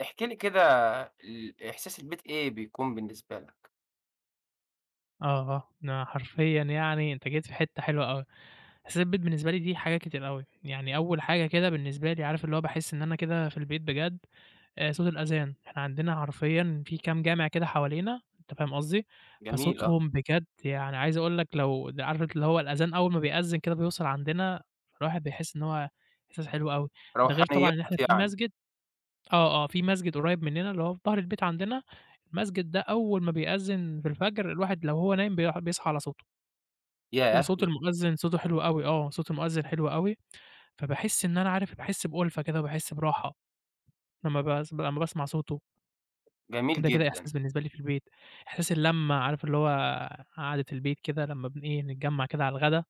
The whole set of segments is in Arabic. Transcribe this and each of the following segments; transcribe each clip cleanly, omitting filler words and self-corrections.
احكِ لي كده. إحساس البيت إيه بيكون بالنسبة لك؟ آه، أنا حرفيًا يعني أنت جيت في حتّة حلوة أوي. أساس البيت بالنسبة لي دي حاجات كتير أوي. يعني أول حاجة كده بالنسبة لي عارف اللي هو باحس إن أنا كده في البيت بجد. صوت الأذان، إحنا عندنا حرفيًا في كام جامع كده حوالينا أنت فاهم قصدي. جميل، آه. فصوتهم بجد يعني عايز أقول لك لو عارف أنت اللي هو الأذان أول ما بيأذن كده بيوصل عندنا، الواحد بيحس إن هو إحساس حلو أوي. ده غير طبعًا روحانيات إن إحنا في يعني. مسجد. في مسجد قريب مننا اللي هو في ضهر البيت عندنا. المسجد ده أول ما بيأذّن في الفجر الواحد لو هو نايم بيصحى على صوته. ياه! وصوت المؤذّن صوته حلو أوي، صوت المؤذّن حلو أوي. فباحس إن أنا عارف باحس بأُلفة كده وباحس براحة لمّا باسمع صوته. جميل وده كده جدًا. إحساس بالنسبة لي في البيت. إحساس اللمّة عارف اللي هو قعدة البيت كده لمّا إيه، نتجمّع كده على الغدا،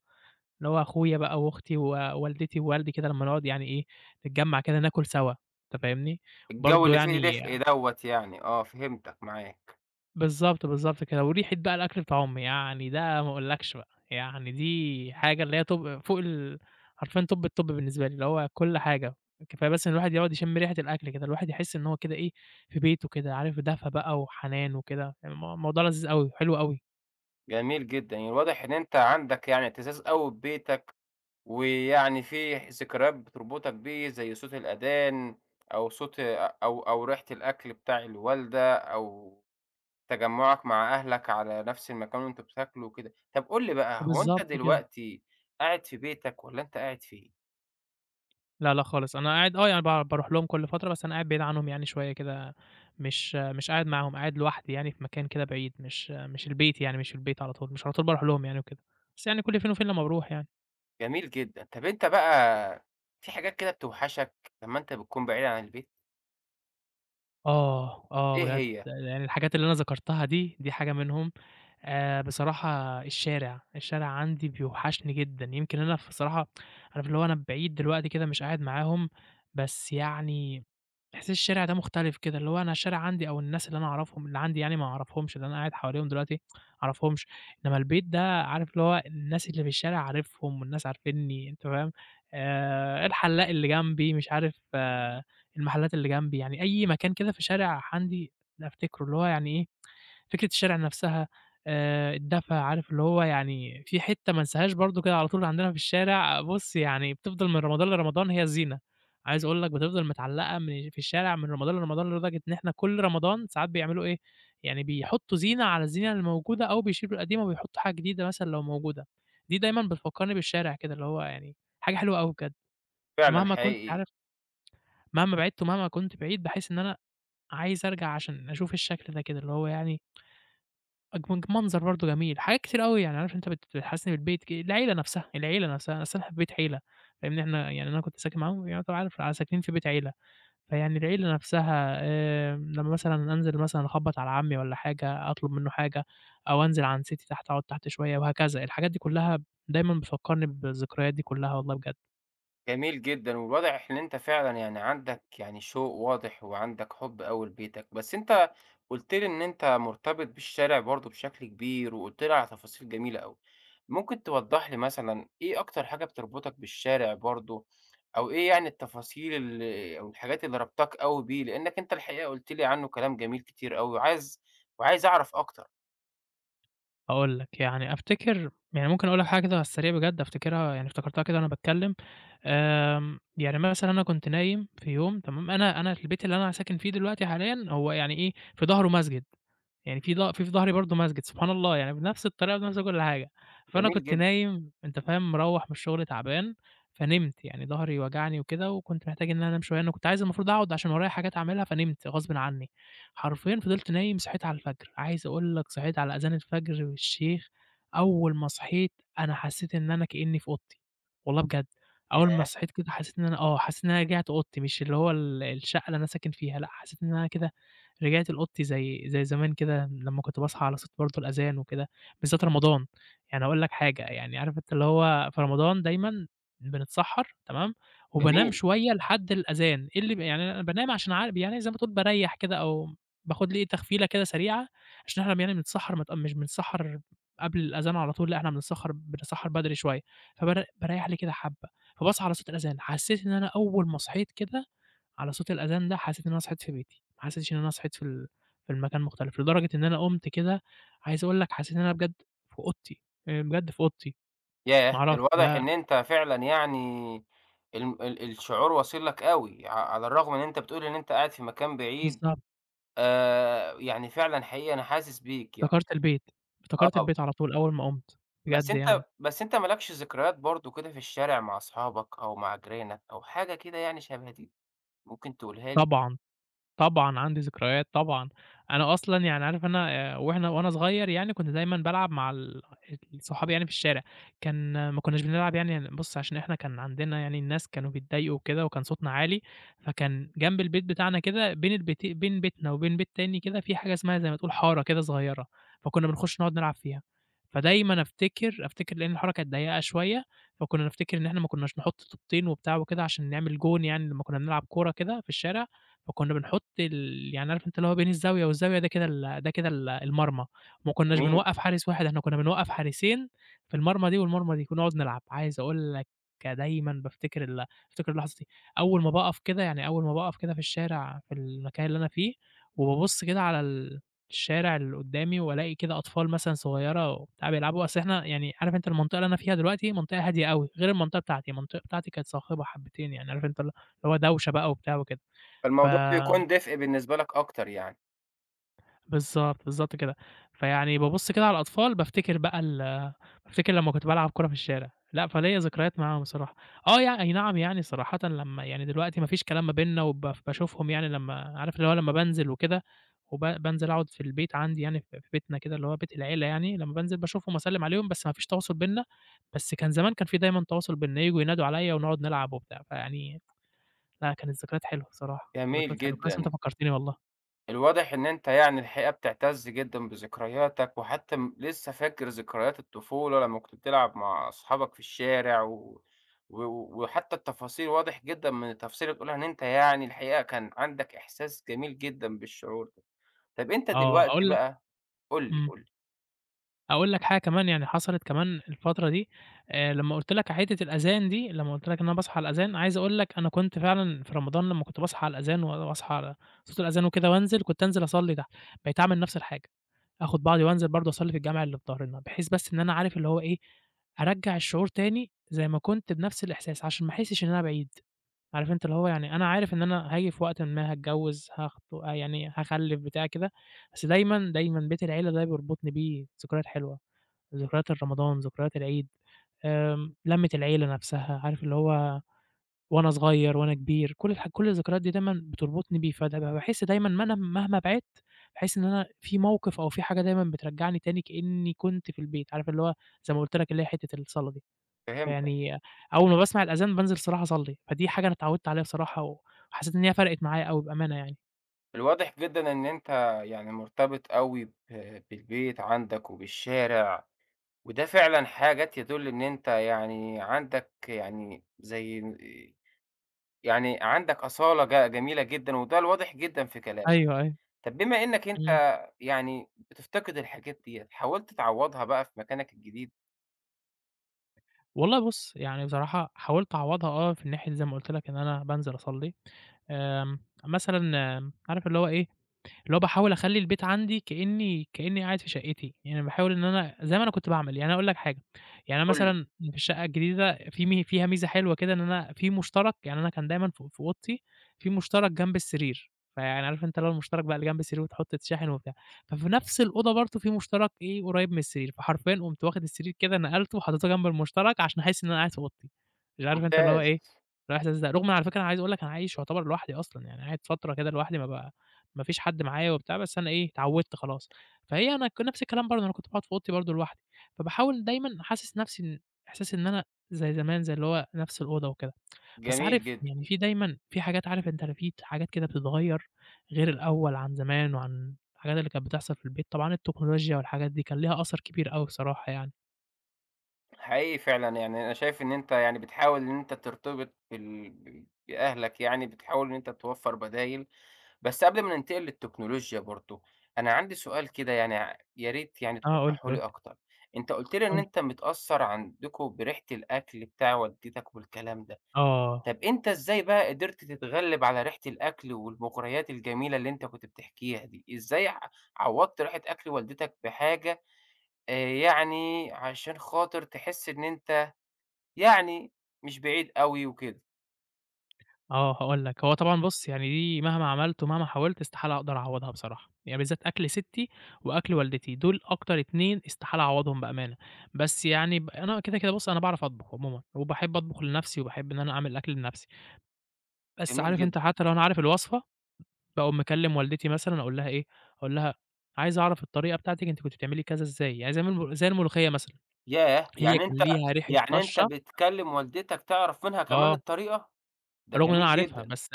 اللي هو أخويا بقى وأختي ووالدتي ووالدي كده لمّا نقعد يعني إيه، نتجمّع كده ناكل سوا. أنت فاهمني؟ الجو وبرضه اللي فيه يعني دفء دوّة يعني، آه، فهمتك، معاك. بالضبط، بالضبط كده. وريحة بقى الأكل بتاع أمي، يعني ده ما أقولكش بقى، يعني دي حاجة اللي هي طُب فوق ال حرفيًا توب التوب بالنسبة لي، اللي هو كل حاجة. كفاية بس إن الواحد يقعد يشم ريحة الأكل كده، الواحد يحس إن هو كده إيه، في بيته كده، عارف دفى بقى وحنان وكده. الموضوع لذيذ أوي، حلو أوي. جميل جدًا، يعني واضح إن أنت عندك يعني إعتزاز أوي ببيتك، ويعني في ذكريات بتربطك بيه زي صوت الأذان أو صوت أ أو أو ريحة الأكل بتاع الوالدة أو تجمُّعك مع أهلك على نفس المكان وأنتم بتاكلوا وكده. طب قُل لي بقى، هو أنت بالضبط كده. دلوقتي قاعد في بيتك والّا أنت قاعد فين؟ لا، لا خالص، أنا قاعد آه، يعني باروح لهم كل فترة، بس أنا قاعد بعيد عنهم يعني شوية كده. مش قاعد معاهم، قاعد لوحدي يعني في مكان كده بعيد، مش البيت يعني، مش في البيت على طول. مش على طول باروح لهم يعني وكده، بس يعني كل فين وفين لمّا باروح يعني. جميل جدًا. طب أنت بقى في حاجات كده بتوحشك لمّا أنت بتكون بعيد عن البيت؟ آه، آه إيه بجد، هي؟ يعني الحاجات اللي أنا ذكرتها دي، دي حاجة منهم. بصراحة الشارع، الشارع عندي بيوحشني جدًا. يمكن أنا بصراحة عارف اللي هو أنا بعيد دلوقتي كده مش قاعد معاهم، بس يعني إحساس الشارع ده مختلف كده، اللي هو أنا الشارع عندي أو الناس اللي أنا أعرفهم اللي عندي يعني ما أعرفهمش، اللي أنا قاعد حواليهم دلوقتي ما أعرفهمش. إنما البيت ده عارف اللي هو الناس اللي في الشارع عارفهم والناس عارفينّي أنت فاهم. الحلاق اللي جنبي مش عارف، المحلات اللي جنبي، يعني أي مكان كده في شارع عندي أفتكره، اللي هو يعني إيه، فكرة الشارع نفسها. الدفا عارف اللي هو يعني في حتة ما انساهاش برضه كده على طول عندنا في الشارع بُص، يعني بتفضل من رمضان لرمضان هي الزينة. عايز أقول لك بتفضل متعلقة من في الشارع من رمضان لرمضان، لدرجة إن إحنا كل رمضان ساعات بيعملوا إيه، يعني بيحطّوا زينة على الزينة اللي موجودة، أو بيشيلوا القديمة وبيحطّوا حاجة جديدة مثلًا لو موجودة. دي دايمًا بتفكّرني بالشارع كده اللي هو يعني حاجة حلوة أوي بجد. فعلًا فمهما كنت حقيقي. عارف، مهما بعدت ومهما كنت بعيد باحس إن أنا عايز أرجع عشان أشوف الشكل ده كده، اللي هو يعني أجمل منظر برضه جميل. حاجات كتير أوي يعني عارف أنت بتحسّسني بالبيت، ك العيلة نفسها، العيلة نفسها. أصل أنا في بيت عيلة، فاهمني، إحنا يعني أنا كنت ساكن معاهم يعني طبعًا عارف ساكنين في بيت عيلة. فيعني العيلة نفسها، لمّا مثلًا أنزل مثلًا أخبّط على عمي والّا حاجة، أطلب منه حاجة، أو أنزل عند ستي تحت أقعد تحت شوية وهكذا، الحاجات دي كلّها دايمًا بتفكّرني بالذكريات دي كلّها والله بجد. جميل جدًا، والواضح إن أنت فعلًا يعني عندك يعني شوق واضح وعندك حُب أوي لبيتك، بس أنت قُلت لي إن أنت مرتبط بالشارع برضه بشكل كبير، وقُلت لي على تفاصيل جميلة أوي. ممكن توضّح لي مثلًا إيه أكتر حاجة بتربطك بالشارع برضه، أو إيه يعني التفاصيل أو الحاجات اللي رابطاك أوي بيه؟ لإنك أنت الحقيقة قُلت لي عنه كلام جميل كتير أوي، وعايز أعرف أكتر. هاقول لك، يعني أفتكر يعني ممكن أقول لك حاجة كده على السريع بجد أفتكرها، يعني افتكرتها كده وأنا باتكلّم. يعني مثلًا أنا كنت نايم في يوم تمام. أنا البيت اللي أنا ساكن فيه دلوقتي حاليًا هو يعني إيه، في ضهره مسجد، يعني في ض في في ضهري برضه مسجد، سبحان الله يعني بنفس الطريقة بنفس كل حاجة. فأنا جميل كنت جدًا. نايم أنت فاهم، مروّح من الشغل تعبان، فنمت، يعني ضهري وجعني وكده وكنت محتاج إن أنا أنام شوية. أنا كنت عايز المفروض أقعد عشان ورايا حاجات أعملها فنمت غصبٍ عني. حرفيًا فضلت نايم صحيت على الفجر، عايز أقول لك صحيت على أذان الفجر والشيخ. أول ما صحيت أنا حسيت إن أنا كإني في أوضتي، والله بجد. أول ياه! ما صحيت كده حسيت إن أنا آه، حسيت إن أنا رجعت أوضتي، مش اللي هو ال الشقة اللي أنا ساكن فيها، لأ، حسيت إن أنا كده رجعت لأوضتي زي زمان كده لمّا كنت باصحى على صوت برضه الأذان وكده، بالذات رمضان. يعني هاقول لك حاجة، يعني عارف أنت اللي هو في رمضان دايمًا بنتسحّر تمام، وبانام جميل. شوية لحد الأذان. إيه اللي ب يعني أنا بانام عشان عا يعني زي ما تقول باريّح كده، أو باخد لي تخفيلة كده سريعة، عشان إحنا يعني بنتسحّر مت مش بنتسحّر قبل الأذان على طول، لأ إحنا بنتسحّر بدري شوية. باريّح لي كده حبّة، فباصحى على صوت الأذان. حسّيت إن أنا أول ما صحيت كده على صوت الأذان ده حسيت إن أنا صحيت في بيتي، ما حسيتش إن أنا صحيت في المكان مختلف، لدرجة إن أنا قُمت كده عايز أقول لك حسيت إن أنا بجد في أوضتي، بجد في أوضتي. ياه! ما ده أعرفش الواضح ده إن أنت فعلًا يعني الم ال الشعور واصل لك أوي، على الرغم إن أنت بتقول إن أنت قاعد في مكان بعيد. بالضبط. يعني فعلًا حقيقي أنا حاسس بيك يعني. افتكرت البيت، افتكرت آه، البيت على طول أول ما قُمت، بس بجد يعني. أنت بس أنت ما لكش ذكريات برضه كده في الشارع مع أصحابك أو مع جيرانك أو حاجة كده يعني شبه دي، ممكن تقولها لي؟ طبعًا. طبعًا عندي ذكريات طبعًا. أنا أصلًا يعني عارف أنا، وإحنا وأنا صغير يعني كنت دايمًا بالعب مع صحابي يعني في الشارع. كان ما كناش بنلعب يعني بُص عشان إحنا كان عندنا يعني الناس كانوا بيتضايقوا وكده وكان صوتنا عالي، فكان جنب البيت بتاعنا كده بين بيتنا وبين بيت تاني كده في حاجة اسمها زي ما تقول حارة كده صغيرة، فكنا بنخش نقعد نلعب فيها. فدايمًا أفتكر لإن الحارة كانت ضيّقة شوية، فكنا نفتكر إن إحنا ما كناش نحط طوبتين وبتاع وكده عشان نعمل جون يعني لمّا كنا بنلعب كورة كده في الشارع، فكنا بنحط ال، يعني عارف أنت اللي هو بين الزاوية والزاوية ده كده ال ده كده ال المرمى. ما كناش جميل. بنوقّف حارس واحد، إحنا كنا بنوقّف حارسين في المرمى دي والمرمى دي ونقعد نلعب. عايز أقول لك دايمًا بافتكر اللحظة دي، أول ما باقف كده، يعني أول ما باقف كده في الشارع في المكان اللي أنا فيه، وبابُص كده على ال الشارع اللي قدّامي وألاقي كده أطفال مثلًا صغيّرة وبتاع بيلعبوا. أصل إحنا يعني عارف أنت المنطقة اللي أنا فيها دلوقتي منطقة هادية أوي، غير المنطقة بتاعتي. المنطقة بتاعتي كانت صاخبة حبتين يعني عارف أنت اللي هو دوشة بقى وبتاع وكده. ف فالموضوع بيكون دفء بالنسبة لك أكتر يعني. بالضبط، بالضبط كده. فيعني بابُص كده على الأطفال بافتكر بقى ال بافتكر لمّا كنت بالعب كورة في الشارع، لأ فليّا ذكريات معاهم الصراحة. آه أي نعم، يعني صراحةً لمّا يعني دلوقتي ما فيش كلام ما بيننا، باشوفهم يعني لمّا عارف اللي هو لمّا بانزل وكده، بانزل أقعد في البيت عندي يعني في بيتنا كده اللي هو بيت العيلة يعني، لمّا بانزل باشوفهم وأسلِّم عليهم بس ما فيش تواصل بيننا. بس كان زمان كان في دايمًا تواصل بيننا، ييجوا ينادوا عليّا ونقعد نلعب وبتاع. فيعني لأ، كانت ذكريات حلوة الصراحة، كانت جميل ذكريات حلوة. كويس إن جدًا. أنت فكّرتني والله. الواضح إن أنت يعني الحقيقة بتعتز جدًا بذكرياتك، وحتى لسه فاكر ذكريات الطفولة لمّا كنت بتلعب مع أصحابك في الشارع، و و وحتى التفاصيل واضح جدًا من التفاصيل اللي بتقولها إن أنت يعني الحقيقة كان عندك إحساس جميل جدًا بالشعور ده. طب أنت آه، دلوقتي أقول لك. بقى قُل لي، إمم. قُل لي. أقول لك حاجة كمان يعني حصلت كمان الفترة دي. لمّا قُلت لك على حتّة الأذان دي، لمّا قُلت لك إن أنا باصحى على الأذان، عايز أقول لك أنا كنت فعلًا في رمضان لمّا كنت باصحى على الأذان و واصحى على صوت الأذان وكده وانزل، كنت انزل أصلّي تحت. بقيت أعمل نفس الحاجة، آخُد بعضي وانزل برضه أصلّي في الجامع اللي في ضهرنا، بحيث بس إن أنا عارف اللي هو إيه، أرجّع الشعور تاني زي ما كنت بنفس الإحساس عشان ما أحسّش إن أنا بعيد. عارف أنت اللي هو يعني أنا عارف إن أنا هاجي في وقتٍ ما هاتجوّز، هاخطب يعني هاخلّف بتاع كده، بس دايمًا، دايمًا بيت العيلة ده بيربطني بيه ذكريات حلوة. ذكريات الرمضان، ذكريات العيد، لمّة العيلة نفسها، عارف اللي هو وأنا صغير، وأنا كبير، كل كل الذكريات دي دايمًا بتربطني بيه. فدايمًا باحس دايمًا مهما بعدت، باحس إن أنا في موقف أو في حاجة دايمًا بترجّعني تاني كإني كنت في البيت، عارف اللي هو زي ما قُلت لك اللي هي حتّة الصلاة دي. فهمتك. فيعني أول ما باسمع الأذان بانزل الصراحة أصلّي، فدي حاجة أنا اتعوّدت عليها بصراحة، وحسيت إن هي فرقت معايا أوي بأمانة يعني. الواضح جدًا إن أنت يعني مرتبط أوي بالبيت عندك وبالشارع، وده فعلًا حاجات يدل إن أنت يعني عندك يعني زي يعني عندك أصالة جميلة جدًا، وده الواضح جدًا في كلامك. أيوه، أيوه. طب بما إنك أنت إمم. يعني بتفتقد الحاجات ديّة، حاولت تعوّضها بقى في مكانك الجديد؟ والله بُص، يعني بصراحة حاولت أعوّضها آه، في ناحية زي ما قُلت لك إن أنا بانزل أصلّي. مثلًا عارف اللي هو إيه، اللي هو باحاول أخلّي البيت عندي كإني قاعد في شقتي، يعني باحاول إن أنا زي ما أنا كنت باعمل. يعني أنا هاقول لك حاجة، يعني أنا قُل لي. مثلًا في الشقة الجديدة في مي فيها ميزة حلوة كده إن أنا في مشترك. يعني أنا كان دايمًا في أوضتي في مشترك جنب السرير. فيعني عارف أنت اللي هو المشترك بقى اللي جنب السرير وتحط تشاحن وبتاع، ففي نفْس الأوضة برضه في مشترك إيه قريب من السرير، فحرفيًا قُمت واخد السرير كده نقلته وحطيته جنب المشترك عشان أحس إن أنا قاعد في أوضتي. مش عارف أنت اللي هو ممتاز. إيه الإحساس ده. رغم على فكرة أنا عايز أقول لك أنا عايش يعتبر لوحدي أصلًا، يعني قاعد فترة كده لوحدي ما فيش حد معايا وبتاع، بس أنا إيه، اتعوّدت خلاص. فهي أنا نفس الكلام برضه، أنا كنت باقعد في أوضتي برضه لوحدي، فباحاول دايمًا حاسس نفسي إن إحساس إن أنا زي زمان، زي اللي هو نفس الأوضة وكده. بس جميل عارف جدًا. يعني في دايمًا في حاجات عارف أنت في حاجات كده بتتغيّر غير الأول عن زمان وعن الحاجات اللي كانت بتحصل في البيت، طبعًا التكنولوجيا والحاجات دي كان ليها أثر كبير أوي بصراحة يعني. حقيقي فعلًا يعني أنا شايف إن أنت يعني بتحاول إن أنت ترتبط بال ب بأهلك يعني، بتحاول إن أنت توفّر بدايل. بس قبل ما ننتقل للتكنولوجيا برضه، أنا عندي سؤال كده يعني يا ريت يعني آه، قُل لي، توضّحه قُل لي لي، أكتر. أنت قُلت لي قُل إن لي. أنت متأثّر عندكم بريحة الأكل بتاع والدتك والكلام ده. آه. طب أنت إزاي بقى قدرت تتغلب على ريحة الأكل والمغريات الجميلة اللي أنت كنت بتحكيها دي؟ إزاي عوّضت ريحة أكل والدتك بحاجة آآ يعني عشان خاطر تحس إن أنت يعني مش بعيد أوي وكده؟ آه، هاقول لك، هو طبعًا بُص، يعني دي مهما عملت ومهما حاولت استحالة أقدر أعوّضها بصراحة، يعني بالذات أكل سِتّي وأكل والدتي، دول أكتر 2 استحالة أعوّضهم بأمانة، بس يعني أنا كده، كده بُص، أنا باعرف أطبخ عمومًا وباحب أطبخ لنَفْسي وباحب إن أنا أعمل أكل لنَفْسي، بس جميل عارف جدًا. أنت حتى لو أنا عارف الوصفة، باقوم مكلِّم والدتي مثلًا أقول لها إيه، أقول لها: "عايز أعرف الطريقة بتاعتِك أنتِ كنتِ بتعملي كذا إزاي؟" يعني زي ما المل زي الملوخية مثلًا، ياه! هي يعني كان أنت ليها ريحة يعني أنت طَشّة بتكلم والدتك تعرف منها كمان آه. الطريقة؟ ده رغم إن أنا جميل عارفها، جدًا. بس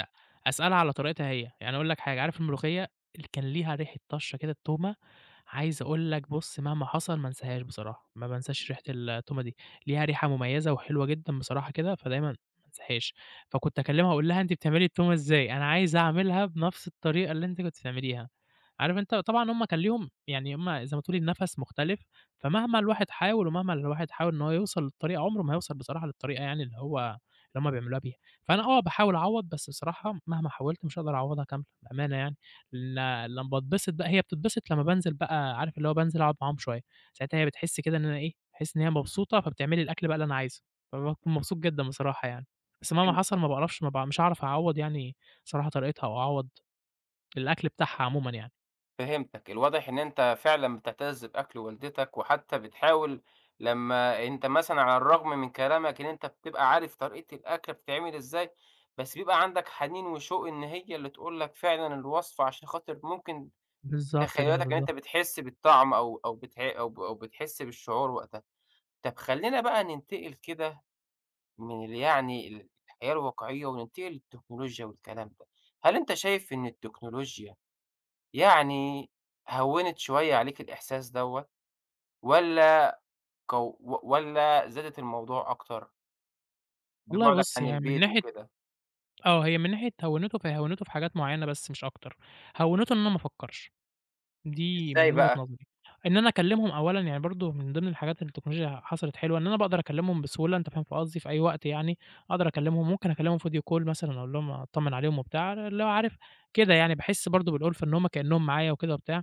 أسألها على طريقتها هي، يعني أقول لك حاجة، عارف الملوخية اللي كان ليها ريحة طشّة كده التومة، عايز أقول لك بُص مهما حصل ما انساهاش بصراحة، ما بانساش ريحة التومة دي، ليها ريحة مميزة وحلوة جدًا بصراحة كده، فدايمًا ما انساهاش، فكنت أكلمها أقول لها أنتِ بتعملي التومة إزاي؟ أنا عايز أعملها بنفس الطريقة اللي أنتِ كنتِ بتعمليها، عارف أنت طبعًا هُم كان ليهم يعني هُم زي ما تقول النَفَس مختلف، فمهما الواحد حاول ومهما الواحد حاول إن هو يوصل للطريقة، عمره ما هيوصل بصراحة للطريقة يعني اللي هُم بيعملوها بيها. فأنا آه باحاول أعوّض، بس بصراحة مهما حاولت مش هاقدر أعوّضها كاملة بأمانة يعني، لأن لمّا باتبسط بقى هي بتتبسط لمّا بانزل بقى عارف اللي هو بانزل أقعد معاهم شوية، ساعتها هي بتحس كده إن أنا إيه، باحس إن هي مبسوطة فبتعمل لي الأكل بقى اللي أنا عايزه، فباكون مبسوط جدًا بصراحة يعني، بس مهما حصل ما باعرفش ما باع مش هاعرف أعوّض يعني صراحة طريقتها أو أعوّض الأكل بتاعها عمومًا يعني. فهمتك. الواضح إن أنت فعلًا بتعتز بأكل والدتك، وحتى بتحاول لمّا أنت مثلًا على الرغم من كلامك إن أنت بتبقى عارف طريقة الأكلة بتتعمل إزاي، بس بيبقى عندك حنين وشوق إن هي اللي تقول لك فعلًا الوصفة، عشان خاطر ممكن بالضبط كده، تخيلاتك إن أنت بالضبط. بتحس بالطعم أو بتحس بالشعور وقتها. طب خلّينا بقى ننتقل كده من يعني الحياة الواقعية وننتقل للتكنولوجيا والكلام ده. هل أنت شايف إن التكنولوجيا يعني هوّنت شوية عليكِ الإحساس دوّة والّا والّا زادت الموضوع أكتر والله ببُعدك بُص عن هي من البيت ناحية وكده؟ آه، هي من ناحية هوّنته فهي هوّنته في حاجات معيّنة بس مش أكتر، هوّنته إن أنا ما أفكّرش. دي إزاي من وجهة بقى؟ نظري، إن أنا أكلمهم أولًا يعني برضه من ضمن الحاجات اللي التكنولوجيا حصلت حلوة، إن أنا باقدر أكلمهم بسهولة أنت فاهم في قصدي، في أي وقت يعني أقدر أكلمهم، ممكن أكلمهم فيديو كول مثلًا أقول لهم أطمن عليهم وبتاع، اللي هو عارف كده يعني باحس برضه بالألفة إن هُم كأنهم معايا وكده وبتاع.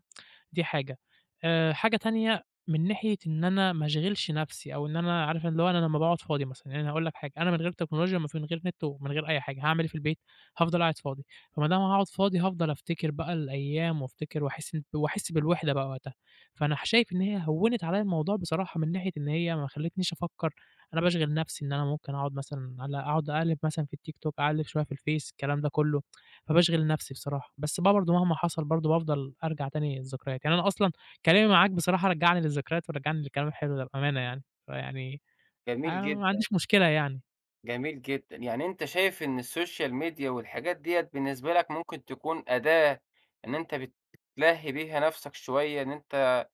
دي حاجة. حاجة تانية من ناحية إن أنا ما أشغِلش نَفْسي أو إن أنا عارف اللي هو أنا لمّا باقعُد فاضي مثلًا، يعني أنا هاقول لك حاجة، أنا من غير تكنولوجيا ومن غير نت ومن غير أي حاجة، هاعمل إيه في البيت؟ هافضل قاعد فاضي، فما دام هاقعُد فاضي هافضل أفتكر بقى الأيام وأفتكر وأحِس إن وأحِس بالوِحدة بقى وقتها. فأنا شايف إن هي هوِّنت عليّا الموضوع بصراحة من ناحية إن هي ما خلّتنيش أفكّر، أنا باشغِل نَفْسي إن أنا ممكن أقعُد مثلًا أقعُد أقلِّب مثلًا في التيك توك، أقلِّب شوية في الفيس، الكلام ده كُلّه. فباشغِل نَفْسي بصراحة، بس بقى برضه مهما حصل برضه بافضل أرجع تاني للذكريات، يعني أنا أصلًا كلامي معاك بصراحة رجّعني للذكريات ورجّعني للكلام الحلو ده بأمانة يعني، فيعني جميل أنا ما جدًا. عنديش مشكلة يعني، جميل جدًا. يعني أنت شايف إن السوشيال ميديا والحاجات ديّة بالنسبة لك ممكن تكون أداة إن أنت بتلهّي بيها نَفْسك شوية، إن أنت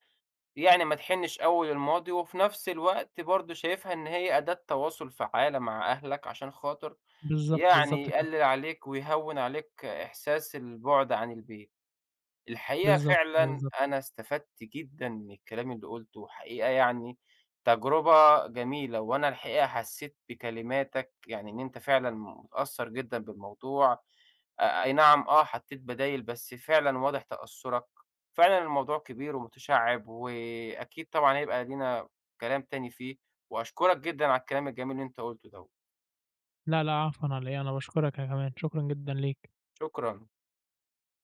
يعني ما تحنّش أوي للماضي وفي نَفْس الوقت برضه شايفها إن هي أداة تواصل فعّالة مع أهلك عشان خاطر بالضبط، يعني بالضبط كده، يقلِّل عليك ويهوِّن عليك إحساس البُعد عن البيت. الحقيقة بالضبط كده، فعلًا بالضبط. أنا استفدت جدًا من الكلام اللي قُلته، حقيقة يعني تجربة جميلة، وأنا الحقيقة حسّيت بكلماتك يعني إن أنت فعلًا متأثّر جدًا بالموضوع. أي نعم، آه، حطّيت بدايل بس فعلًا واضح تأثُّرك. فعلًا الموضوع كبير ومتشعّب، وأكيد طبعًا هيبقى لينا كلام تاني فيه، وأشكرك جدًا على الكلام الجميل اللي أنت قُلته دوّة. لا، لا عفوًا على إيه، أنا باشكرك أنا كمان، شكرًا جدًا ليك. شكرًا.